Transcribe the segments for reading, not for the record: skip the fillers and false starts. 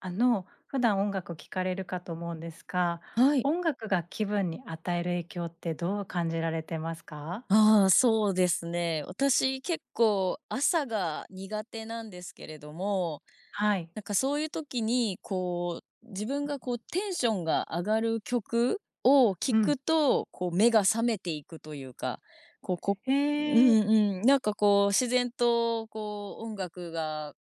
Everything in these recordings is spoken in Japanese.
普段音楽聴かれるかと思うんですが、はい。音楽が気分に与える影響ってどう感じられてますか？ああ、そうですね。私結構朝が苦手なんですけれども、はい。なんかそういう時にこう、自分がこうテンションが上がる曲を聴うん。くと、こう目が覚めていくというか、こう、こへうんえ。うん、なんかこう自然とこう音楽が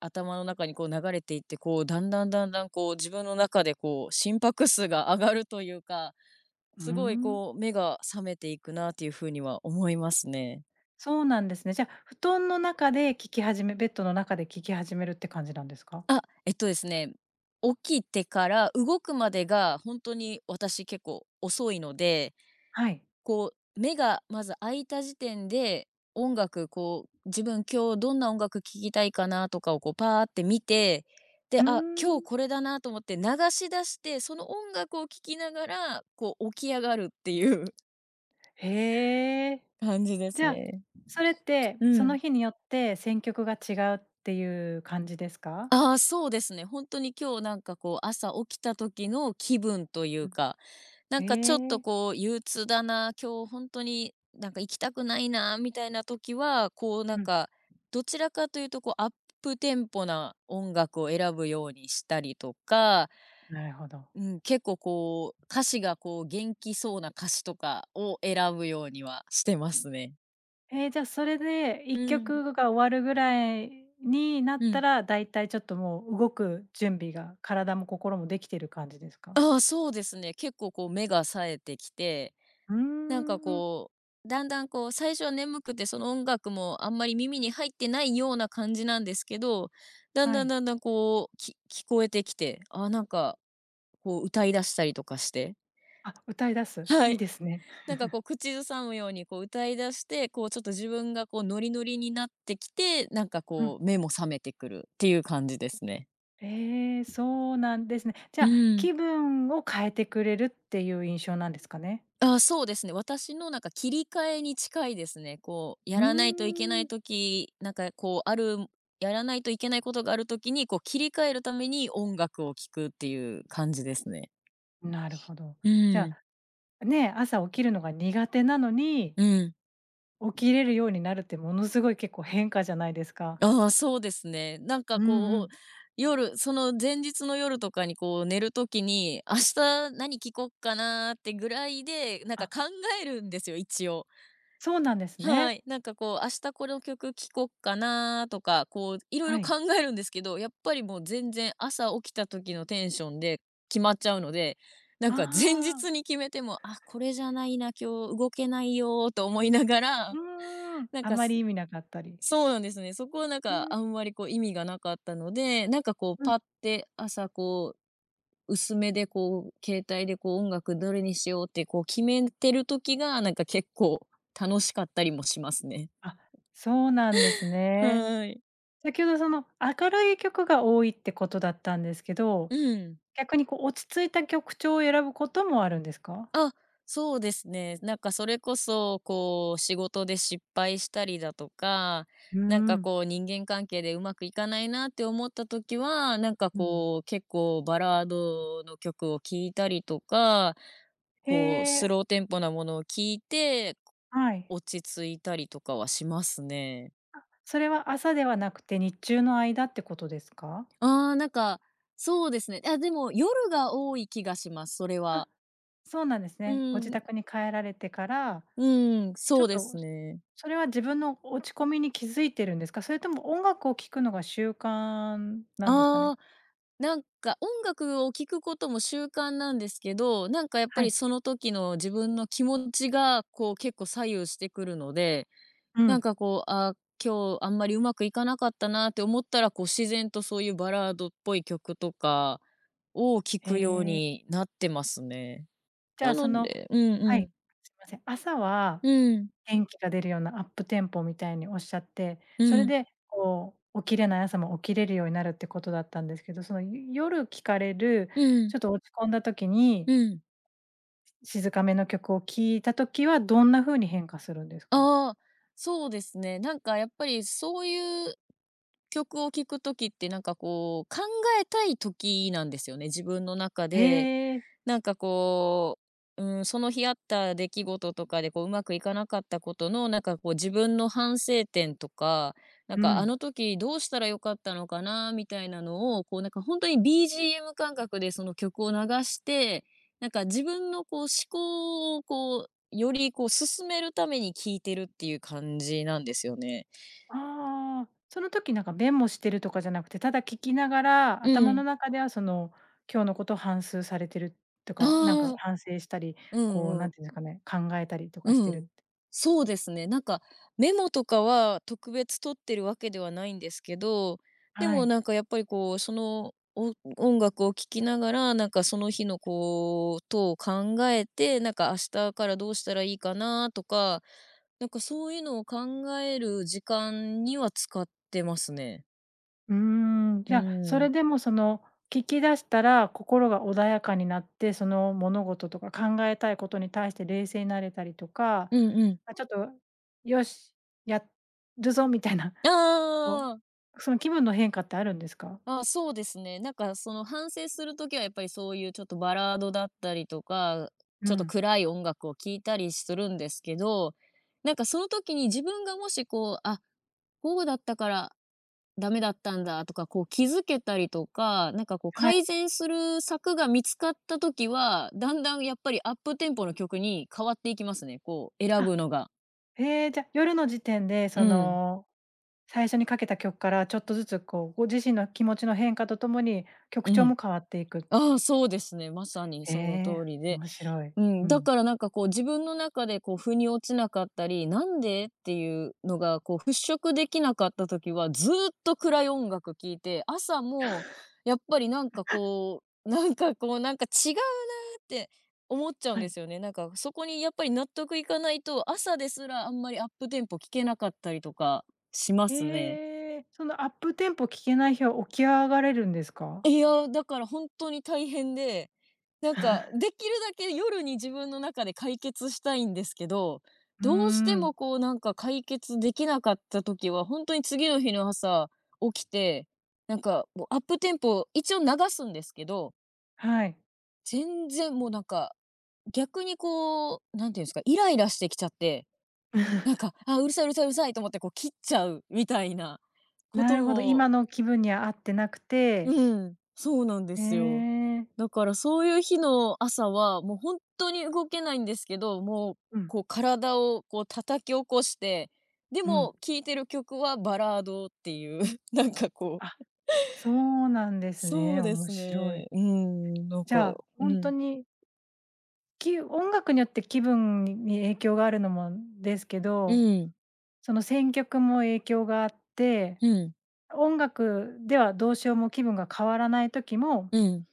頭の中にこう流れていって、こうだんだんだんだんこう自分の中でこう心拍数が上がるというか、うーすごいん。こう、目が覚めていくなっていうふうには思いますね。そうなんですね。じゃ、あ布団の中で聴き始めベッドの中で聴き始めるって感じなんですか？あ、ですね、起きてから動くまでが本当に私結構遅いので、はい。こう、目がまず開いた時点で、音楽こう、自分今日どんな音楽聴きたいかなとかをこうパーって見て、で、うーあ、今日ん。これだなと思って流し出して、その音楽を聴きながら、こう起き上がるっていう へえ。感じでじすゃあ、ね。それってうそん。の日によって選曲が違うっていう感じですか？ああ、そうですね。本当に今日なんかこう朝起きた時の気分といううん。か、なんかちょっへとえ。こう憂鬱だな、今日本当になんか行きたくないなみたいな時は、こうなうんん、か、どちらかというとこうアップテンポな音楽を選ぶようにしたりとか、なるほど。うん、結構こう歌詞がこう元気そうな歌詞とかを選ぶようにはしてますね。ええ、じゃあ、それでう1ん、曲が終わるぐらいになっうたん。ら、だいたいちょっともう動く準備が、体も心もできてる感じですか？ああ、そうですね。結構こう目が冴えてきて、うーなんかん。こう、だんだんこう、最初は眠くてその音楽もあんまり耳に入ってないような感じなんですけど、だんはだんい。だんだんこう、き聞こえてきて、あ、なんかこう歌い出したりとかして、あ、歌い出 す。はいいい。ですね。なんかこう口ずさむようにこう歌い出して、こうちょっと自分がこうノリノリになってきて、なんかうん。こう目も覚めてくるっていう感じですね。そうなんですね。じうゃあ、ん。気分を変えてくれるっていう印象なんですかね？あ、そうですね。私のなんか切り替えに近いですね。こう、やうーらないといけないん。時、なんかこうあるやらないといけないことがある時に、こう切り替えるために音楽を聴くっていう感じですね。なるほど。うじゃん、あ、ね、朝起きるのが苦手なのに、うん。起きれるようになるってものすごい結構変化じゃないですか？ああ、そうですね。なんかうんうこん。う、夜、その前日の夜とかにこう寝る時に、明日何聴こっかなーってぐらいで、なんかあ考えるんですよ、一応。そうなんですはね。い。なんかこう、明日この曲聴こっかなとか、こう、いろいろはい。考えるんですけど、やっぱりもう全然朝起きた時のテンションで決まっちゃうので、なんあか前あ、日に決めても、あ、これじゃないな、今日動けないよと思いながら、うーん、なんあかますり意味なかったり。そうなんですね。そこはなんうーかん、あんまりこう意味がなかったので、なんかこううん。パッて朝こう薄めでこう携帯でこう音楽どれにしようってこう決めてる時がなんか結構楽しかったりもしますね。あ、そうなんですね。はい。先ほどその明るい曲が多いってことだったんですけど、うん。逆にこう落ち着いた曲調を選ぶこともあるんですか？あ、そうですね。なんかそれこそ、こう、仕事で失敗したりだとか、うーなんかん、こう、人間関係でうまくいかないなって思った時は、なんかうん。こう、結構バラードの曲を聴いたりとか、へこう、スえ、ローテンポなものを聴いて、はい。落ち着いたりとかはしますね。それは朝ではなくて日中の間ってことですか？ああ、なんか、そうですね。あ、でも夜が多い気がします、それは。あ、そうなんですうね。ご自ん、宅に帰られてからうん、ちょそうっでと、すね。それは自分の落ち込みに気づいてるんですか？それとも音楽を聴くのが習慣なんですかね？ああ、なんか音楽を聴くことも習慣なんですけど、なんかやっぱはりい。その時の自分の気持ちが、こう結構左右してくるので、うなんん。かこう、あー、今日あんまりうまくいかなかったなって思ったら、こう自然とそういうバラードっぽい曲とかを聴へくようえ。になってますね。じゃなあ、のでうんはうい、ん。すいません。朝はうん。元気が出るようなアップテンポみたいにおっしゃって、うそれん。でこう、起きれない朝も起きれるようになるってことだったんですけど、その、夜聴かれる、うん。ちょっと落ち込んだ時に、うん。静かめの曲を聴いた時はどんな風に変化するんですかね？ああ、そうですね。なんかやっぱりそういう曲を聴く時って、なんかこう、考えたい時なんですよね、自分の中へで。え。なんかこう、うん、その日あった出来事とかで、こう、うまくいかなかったことの、なんかこう、自分の反省点とか、なんうか、あん。の時どうしたら良かったのかなみたいなのを、こう、なんかほんに BGM 感覚でその曲を流して、なんか自分のこう、思考をこう、よりこう、進めるために聴いてるっていう感じなんですよね。ああ、その時なんか弁もしてるとかじゃなくて、ただ聞きながら、う頭のん。中ではその、今日のことを反芻されてるとあか、なんかあ、反省したり、うこうんう何ん。て言うんですかね、考えたりとかしてうるっん。てそうですね。なんか、メモとかは特別取ってるわけではないんですけど、ではもい。なんかやっぱりこう、その、お音楽を聴きながら、なんかその日のことを考えて、なんか明日からどうしたらいいかなとか、なんかそういうのを考える時間には使ってますね。うーん、うじゃあ、そん。れでもその、聞き出したら心が穏やかになって、その物事とか考えたいことに対して冷静になれたりとか、うんうん。あ、ちょっと、よし、やるぞみたいな、あこあ。う、その気分の変化ってあるんですか？あ、そうですね。なんかその反省する時はやっぱりそういうちょっとバラードだったりとか、うちょっとん、暗い音楽を聴いたりするんですけど、なんかその時に自分がもしこう、あ、こうだったからダメだったんだとか、こう気づけたりとか、なんかこうは改い。善する策が見つかった時は、だんだんやっぱりアップテンポの曲に変わっていきますね。こう選あぶのが。ええ、じゃ、夜の時点で、うそん。の、最初にかけた曲から、ちょっとずつこう、ご自身の気持ちの変化とともに、曲う調ん。も変わっていく。ああ、そうですね。まさにえその通え、りで。面白い。うん、うだん。からなんかこう自分の中でこう腑に落ちなかったり、なんでっていうのがこう払拭できなかった時はずーっと暗い音楽聴いて、朝もやっぱりなんかこう、なんかこうなんか違うなーって思っちゃうんはでい。すよね。なんかそこにやっぱり納得いかないと、朝ですらあんまりアップテンポ聴けなかったりとかしますね。ええ、そのアップテンポ聞けない日は起き上がれるんですか？いや、だから本当に大変で、なんかできるだけ夜に自分の中で解決したいんですけど、うーどうしてん、もこうなんか解決できなかった時は、本当に次の日の朝起きて、なんかもうアップテンポ一応流すんですけど、はい。全然もうなんか、逆にこう、なんていうんですか、イライラしてきちゃって、なん か、あ、うるさいうるさいうるさいと思ってこう切っちゃうみたいなこなとるほど、も。今の気分には合ってなくうて、ん、そうなんでえすよ。え、だからそういう日の朝は、もう本当に動けないんですけど、もう、うん、こう体をこう叩き起こして、でうん。も聴いてる曲はバラードっていう、なんかこあ、う、そうなんですそね、うで面す白い。ね。うん、なんじゃか、あ、うほんとん、に音楽によって気分に影響があるのもですけうど、ん、その選曲も影響があって、うん、音楽ではどうしようも気分が変わらない時も、うん。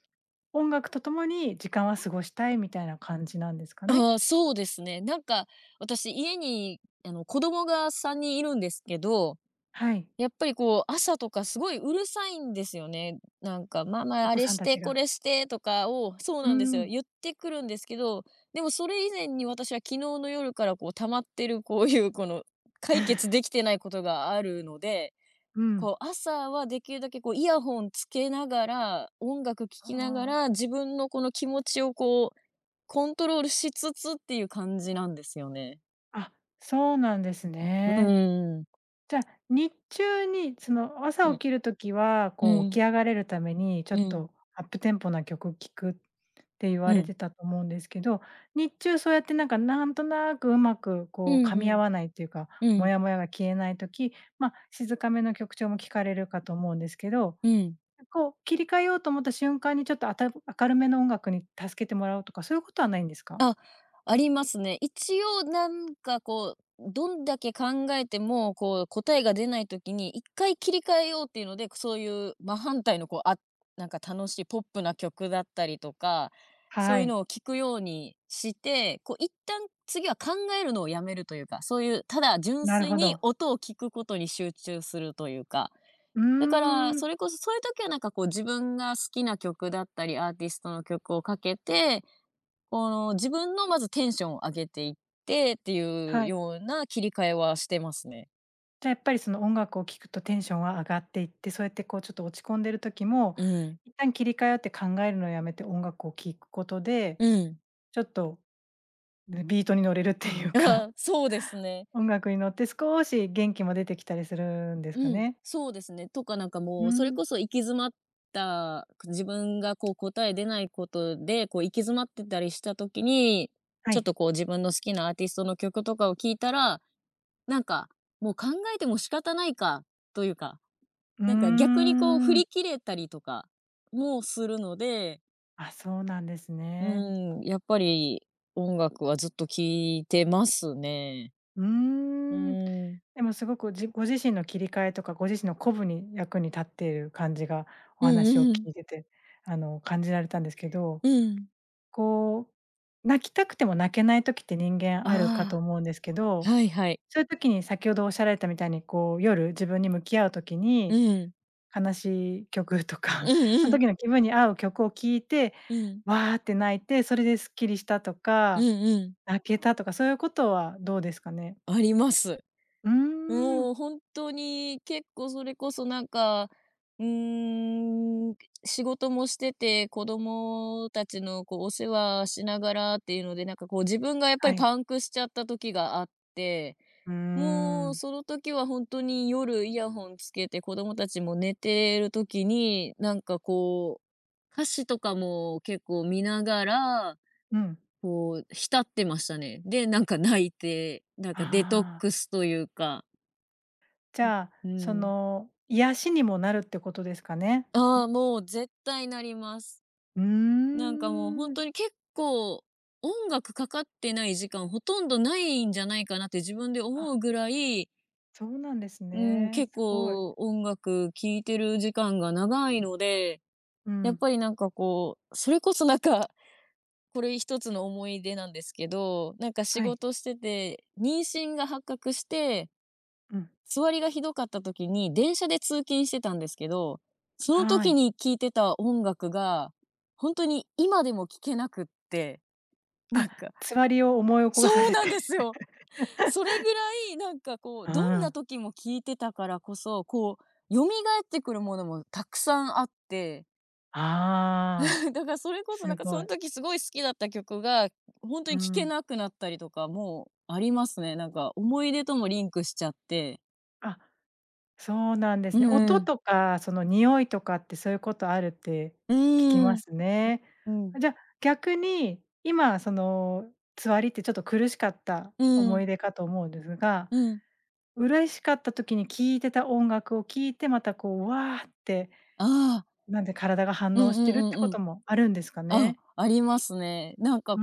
音楽とともに時間は過ごしたいみたいな感じなんですかね？ああ、そうですね。なんか、私家にあの、子供が3人いるんですけど、はい、やっぱりこう、朝とかすごいうるさいんですよね。なんか、ママおあ子れさんしたてちこが。れしてとかを、そううなんですよ、ん、言ってくるんですけど、でもそれ以前に私は昨日の夜からこう溜まってるこういうこの、解決できてないことがあるので、うん。こう朝はできるだけこうイヤホンつけながら、音楽聴きながあら、自分のこの気持ちをこう、コントロールしつつっていう感じなんですよね。あ、あ、そうなんですうね。んうんじゃあ、日中にその朝うんう起ん。きる時は、うこう起ん、き上がれるためにちょうん、っうん。とアップテンポな曲聴くって言われうてたと思うんですけど、日中そうやってなんかなんとなくうまくんこう噛うみ合ん、わないというか、うモん。ヤモヤが消えない時、ま、静かめの曲調も聞かれるかと思うんですけど、うん。こう切り替えようと思った瞬間にちょっと明るめの音楽に助けてもらうとか、そういうことはないんですか？あ、ありますね。一応どんだけ考えても、こう答えが出ないときに、一回切り替えようっていうので、そういう真反対のこう、なんか楽しいポップな曲だったりとか、そはういうい、のを聞くようにして、こう一旦次は考えるのをやめるというか、そういう、ただ純なる粋ほにど。音を聞くことに集中するというか。うーだから、ん、それこそそういう時はなんかこう自分が好きな曲だったり、アーティストの曲をかけて、この、自分のまずテンションを上げていってっていうはい。ような切り替えはしてますね。じゃあやっぱりその音楽を聴くとテンションは上がっていって、そうやってこうちょっと落ち込んでる時も、うん。一旦切り替えようって考えるのをやめて音楽を聴くことで、うん。ちょっとで、ビートに乗れるってい うあか、あ、そうですね。音楽に乗って少し元気も出てきたりするんですかうん、ね。そうですね。とかなんかうーもう、それん、こそ行き詰まった自分がこう答え出ないことで、こう行き詰まってたりした時に、はちょっい。とこう自分の好きなアーティストの曲とかを聞いたら、なんか、もう考えても仕方ないかというか、うなんかー逆にこう振ん。り切れたりとかもするので、あ、そうなんですうね。ん、やっぱり音楽はずっと聴いてますね。うーうん。ーん。でもすごくご自身の切り替えとか、ご自身の鼓舞に役に立っている感じが、うお話をんうん。聞いてて、感じられたんですけど、うん。こう、泣きたくても泣けない時って人間あるかとあ思うんですけあ、ど、はいはい。そういう時に先ほどおっしゃられたみたいに、こう、夜自分に向き合う時うにん。悲しい曲とうか、んそうのん。時の気分に合う曲を聴いて、うん。わーって泣いて、それでスッキリしたとうか、んうん。泣けたとか、そういうことはどうですかね？あります。うーん、もう本当に結構それこそなんか、うーん、仕事もしてて、子供たちのこうお世話しながらっていうので、なんかこう自分がやっぱはりい。パンクしちゃった時があって、うーもう、ん。その時は本当に夜イヤホンつけて、子供たちも寝てる時に、なんかこう、歌詞とかも結構見ながら、うん。こう、浸ってましたね。で、なんか泣いて、なんかデトッあクあ、スというか、じゃあ、うそん。の、癒しにもなるってことですかね？ああ、もう絶対なります。うーなんかもう本当にん。結構、音楽かかってない時間ほとんどないんじゃないかなって自分であ、思うぐらい、そうなんですうん、ね。結すごい。構音楽聴いてる時間が長いので、うやっん。ぱりなんかこう、それこそなんか、これ一つの思い出なんですけど、なんか仕はい。事してて、妊娠が発覚して、うん。座りがひどかった時に電車で通勤してたんですけど、そのは時い。に聴いてた音楽が、ほんとに今でも聴けなくって、なんあ、かつわりを思い起こさそうせなんて。ですよ。それ ぐらい、なんかこう、うどんなん。時も聴いてたからこそ、こう、蘇ってくるものもたくさんあって、ああ。だからそれこそなすんかそごのい。時すごい好きだった曲が、本当うに聴けん。なくなったりとかもありますね。なんか思い出ともリンクしちゃって。あ、そうなんでうすね。ん音うん。とか、その匂いとかって、そういうことあるってう聞きまん。すね。うん。じゃ、逆に、今、その、座りってちょっと苦しかったう思ん。い出かと思うんですが、うん。嬉しかった時に聴いてた音楽を聴いて、またこう、わーって、ああ。なんで体が反うん応うしてんるってうんこうん。ともあるんですかあ、ね？ありますね。なんかうー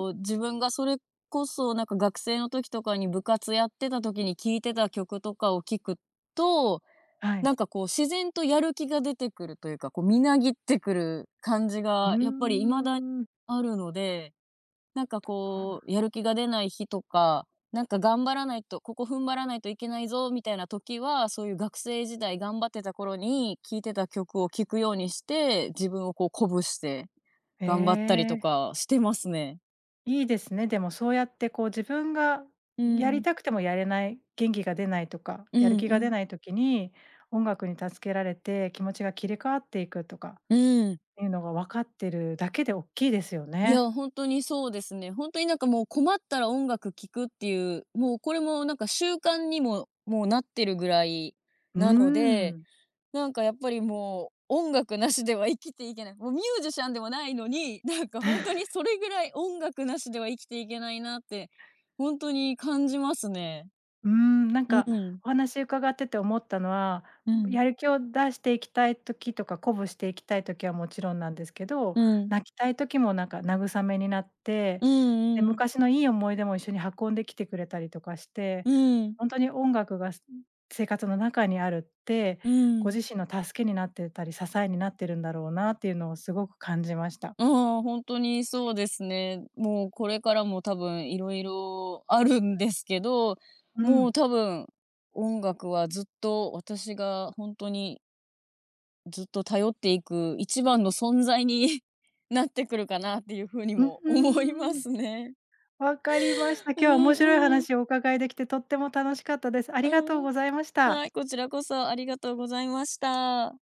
ん。う、自分がそれこそ、なんか学生の時とかに部活やってた時に聴いてた曲とかを聴くと、はない。んかこう自然とやる気が出てくるというか、こうみなぎってくる感じうーがやっぱり未だん。あるので、なんかあこあ。う、やる気が出ない日とか、なんか頑張らないと、ここ踏ん張らないといけないぞみたいな時は、そういう学生時代頑張ってた頃に聴いてた曲を聴くようにして、自分をこう鼓舞してえ頑張ったりとえ。かしてますね。いいですね。でもそうやってこう自分がうやりん、たくてもやれない、元気が出ないとか、うやるん気うが出ん。ない時に、音楽に助けられて気持ちが切り替わっていくとかうん。いうのが分かってるだけで大きいですよいね。や、本当にそうですね。本当になんかもう困ったら音楽聴くっていう、もうこれもなんか習慣にも、もうなってるぐらいうーなので、ん。なんかやっぱりもう音楽なしでは生きていけない。もうミュージシャンでもないのに、なんか本当にそれぐらい音楽なしでは生きていけないなって、本当に感じますね。うーん、なんうかん。お話伺ってて思ったのは、うん。やる気を出していきたい時とか、鼓舞していきたい時はもちろんなんですけど、うん。泣きたい時もなんか慰めになって、うで、んうん。昔のいい思い出も一緒に運んできてくれたりとかして、うん。ほんとに音楽が生活の中にあるって、うごん。自身の助けになってたり、支えになってるんだろうなっていうのをすごく感じました。うん、本当にそうですね。もうこれからも多分いろいろあるんですけど、うもうん。多分、音楽はずっと私が本当にずっと頼っていく一番の存在に なってくるかなっていうふうにう、ふも思いまーん。すね。わかりました。今う日は面白いんうん、話をお伺いできてとっても楽しかったです。あうりがとうん。ございましはた。い、こちらこそありがとうございました。